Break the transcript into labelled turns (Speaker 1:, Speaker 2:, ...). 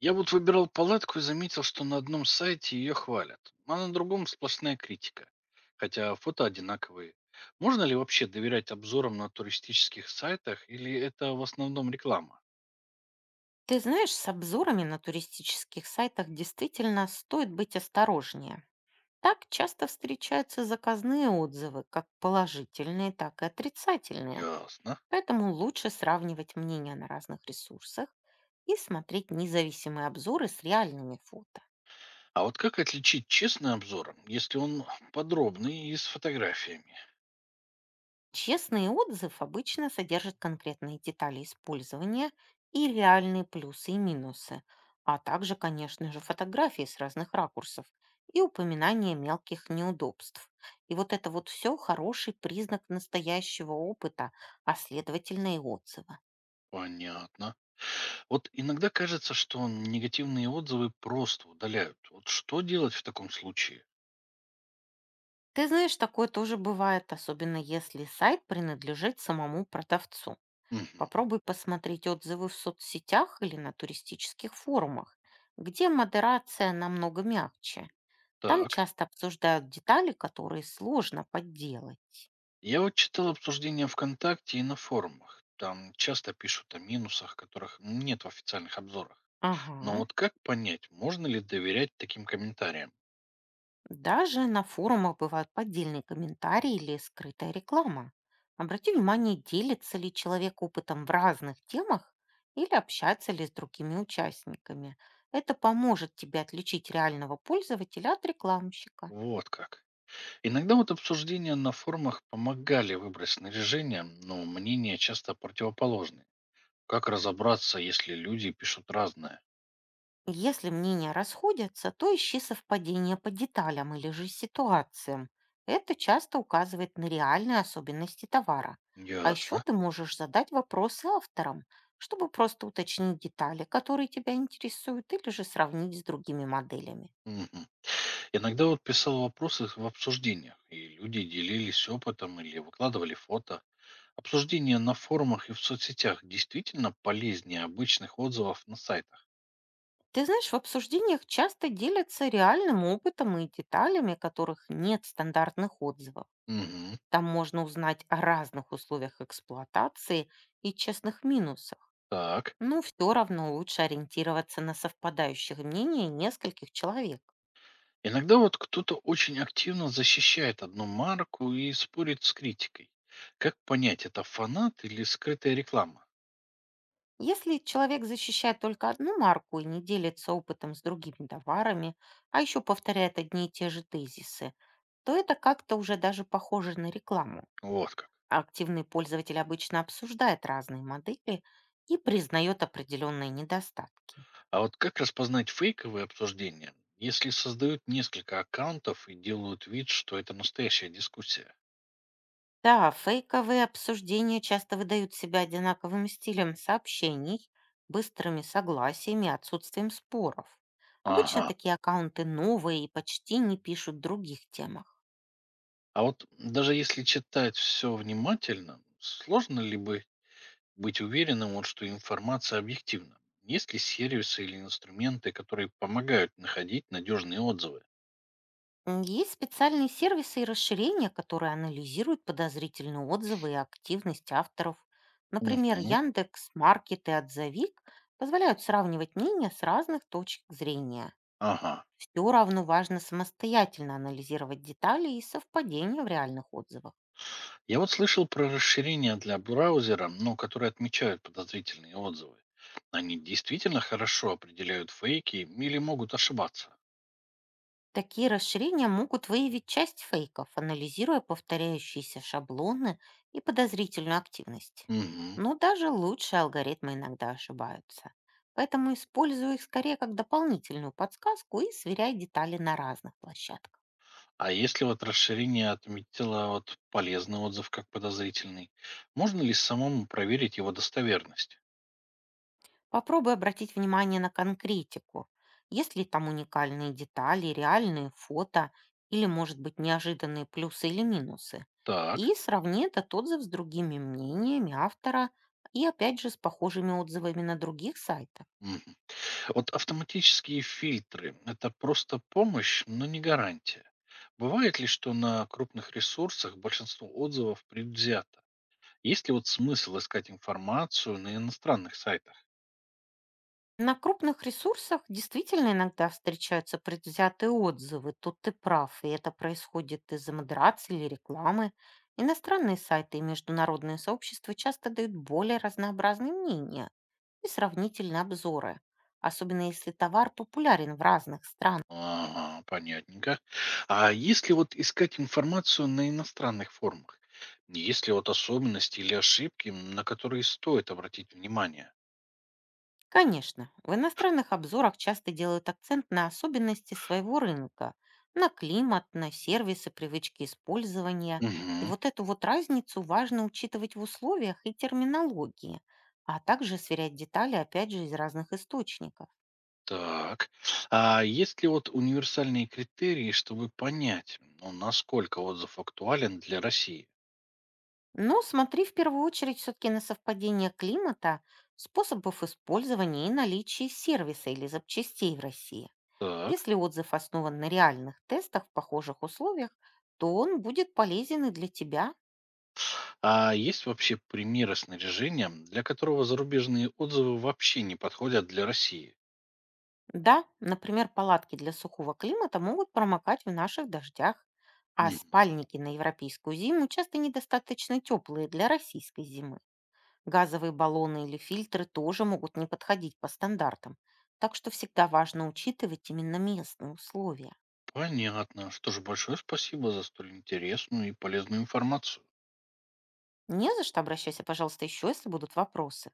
Speaker 1: Я вот выбирал палатку и заметил, что на одном сайте ее хвалят, а на другом сплошная критика. Хотя фото одинаковые. Можно ли вообще доверять обзорам на туристических сайтах или это в основном реклама?
Speaker 2: Ты знаешь, с обзорами на туристических сайтах действительно стоит быть осторожнее. Так часто встречаются заказные отзывы, как положительные, так и отрицательные.
Speaker 1: Ясно.
Speaker 2: Поэтому лучше сравнивать мнения на разных ресурсах и смотреть независимые обзоры с реальными фото.
Speaker 1: А вот как отличить честный обзор, если он подробный и с фотографиями?
Speaker 2: Честный отзыв обычно содержит конкретные детали использования и реальные плюсы и минусы, а также, конечно же, фотографии с разных ракурсов и упоминание мелких неудобств. И вот это вот все хороший признак настоящего опыта, а следовательно и отзыва.
Speaker 1: Понятно. Вот иногда кажется, что негативные отзывы просто удаляют. Вот что делать в таком случае?
Speaker 2: Ты знаешь, такое тоже бывает, особенно если сайт принадлежит самому продавцу.
Speaker 1: Мгм.
Speaker 2: Попробуй посмотреть отзывы в соцсетях или на туристических форумах, где модерация намного мягче. Там
Speaker 1: Так.
Speaker 2: часто обсуждают детали, которые сложно подделать.
Speaker 1: Я вот читал обсуждения ВКонтакте и на форумах. Там часто пишут о минусах, которых нет в официальных обзорах. Но
Speaker 2: Ага.
Speaker 1: вот как понять, можно ли доверять таким комментариям?
Speaker 2: Даже на форумах бывают поддельные комментарии или скрытая реклама. Обрати внимание, делится ли человек опытом в разных темах или общается ли с другими участниками. Это поможет тебе отличить реального пользователя от рекламщика.
Speaker 1: Вот как. Иногда вот обсуждения на форумах помогали выбрать снаряжение, но мнения часто противоположные. Как разобраться, если люди пишут разное?
Speaker 2: Если мнения расходятся, то ищи совпадения по деталям или же ситуациям. Это часто указывает на реальные особенности товара. А еще
Speaker 1: Ясно.
Speaker 2: ты можешь задать вопросы авторам, чтобы просто уточнить детали, которые тебя интересуют, или же сравнить с другими моделями.
Speaker 1: Мгм. Иногда вот писал вопросы в обсуждениях, и люди делились опытом или выкладывали фото. Обсуждения на форумах и в соцсетях действительно полезнее обычных отзывов на сайтах.
Speaker 2: Ты знаешь, в обсуждениях часто делятся реальным опытом и деталями, которых нет в стандартных отзывах.
Speaker 1: Мгм.
Speaker 2: Там можно узнать о разных условиях эксплуатации и честных минусах.
Speaker 1: Так.
Speaker 2: Ну, все равно лучше ориентироваться на совпадающих мнений нескольких человек.
Speaker 1: Иногда вот кто-то очень активно защищает одну марку и спорит с критикой. Как понять, это фанат или скрытая реклама?
Speaker 2: Если человек защищает только одну марку и не делится опытом с другими товарами, а еще повторяет одни и те же тезисы, то это как-то уже даже похоже на рекламу.
Speaker 1: Вот как.
Speaker 2: А активный пользователь обычно обсуждает разные модели и признает определенные недостатки.
Speaker 1: А вот как распознать фейковые обсуждения, если создают несколько аккаунтов и делают вид, что это настоящая дискуссия?
Speaker 2: Да, фейковые обсуждения часто выдают себя одинаковым стилем сообщений, быстрыми согласиями и отсутствием споров. Обычно
Speaker 1: Ага.
Speaker 2: такие аккаунты новые и почти не пишут в других темах.
Speaker 1: А вот даже если читать все внимательно, сложно ли бы Быть уверенным, вот, что информация объективна. Есть ли сервисы или инструменты, которые помогают находить надежные отзывы?
Speaker 2: Есть специальные сервисы и расширения, которые анализируют подозрительные отзывы и активность авторов. Например,
Speaker 1: Мгм.
Speaker 2: Яндекс, Маркет и Отзовик позволяют сравнивать мнения с разных точек зрения.
Speaker 1: Ага.
Speaker 2: Все равно важно самостоятельно анализировать детали и совпадения в реальных отзывах.
Speaker 1: Я вот слышал про расширения для браузера, но которые отмечают подозрительные отзывы. Они действительно хорошо определяют фейки или могут ошибаться.
Speaker 2: Такие расширения могут выявить часть фейков, анализируя повторяющиеся шаблоны и подозрительную активность.
Speaker 1: Мгм.
Speaker 2: Но даже лучшие алгоритмы иногда ошибаются. Поэтому использую их скорее как дополнительную подсказку и сверяй детали на разных площадках.
Speaker 1: А если вот расширение отметило вот полезный отзыв как подозрительный, можно ли самому проверить его достоверность?
Speaker 2: Попробуй обратить внимание на конкретику. Есть ли там уникальные детали, реальные фото или, может быть, неожиданные плюсы или минусы?
Speaker 1: Так.
Speaker 2: И сравни этот отзыв с другими мнениями автора и, опять же, с похожими отзывами на других сайтах.
Speaker 1: Мгм. Вот автоматические фильтры– это просто помощь, но не гарантия. Бывает ли, что на крупных ресурсах большинство отзывов предвзято? Есть ли вот смысл искать информацию на иностранных сайтах?
Speaker 2: На крупных ресурсах действительно иногда встречаются предвзятые отзывы, тут ты прав, и это происходит из-за модерации или рекламы. Иностранные сайты и международные сообщества часто дают более разнообразные мнения и сравнительные обзоры, особенно если товар популярен в разных странах.
Speaker 1: Ага, понятненько. А если вот искать информацию на иностранных форумах? Есть ли вот особенности или ошибки, на которые стоит обратить внимание?
Speaker 2: Конечно, в иностранных обзорах часто делают акцент на особенности своего рынка, на климат, на сервисы, привычки использования. И
Speaker 1: Угу.
Speaker 2: вот эту вот разницу важно учитывать в условиях и терминологии, а также сверять детали, опять же, из разных источников.
Speaker 1: Так. А есть ли вот универсальные критерии, чтобы понять, ну, насколько отзыв актуален для России?
Speaker 2: Но смотри в первую очередь все-таки на совпадение климата, способов использования и наличие сервиса или запчастей в России.
Speaker 1: Так.
Speaker 2: Если отзыв основан на реальных тестах в похожих условиях, то он будет полезен и для тебя.
Speaker 1: А есть вообще примеры снаряжения, для которого зарубежные отзывы вообще не подходят для России?
Speaker 2: Да, например, палатки для сухого климата могут промокать в наших дождях, а
Speaker 1: Мгм.
Speaker 2: спальники на европейскую зиму часто недостаточно теплые для российской зимы. Газовые баллоны или фильтры тоже могут не подходить по стандартам, так что всегда важно учитывать именно местные условия.
Speaker 1: Понятно. Что ж, большое спасибо за столь интересную и полезную информацию.
Speaker 2: Не за что, обращайся, пожалуйста, еще, если будут вопросы.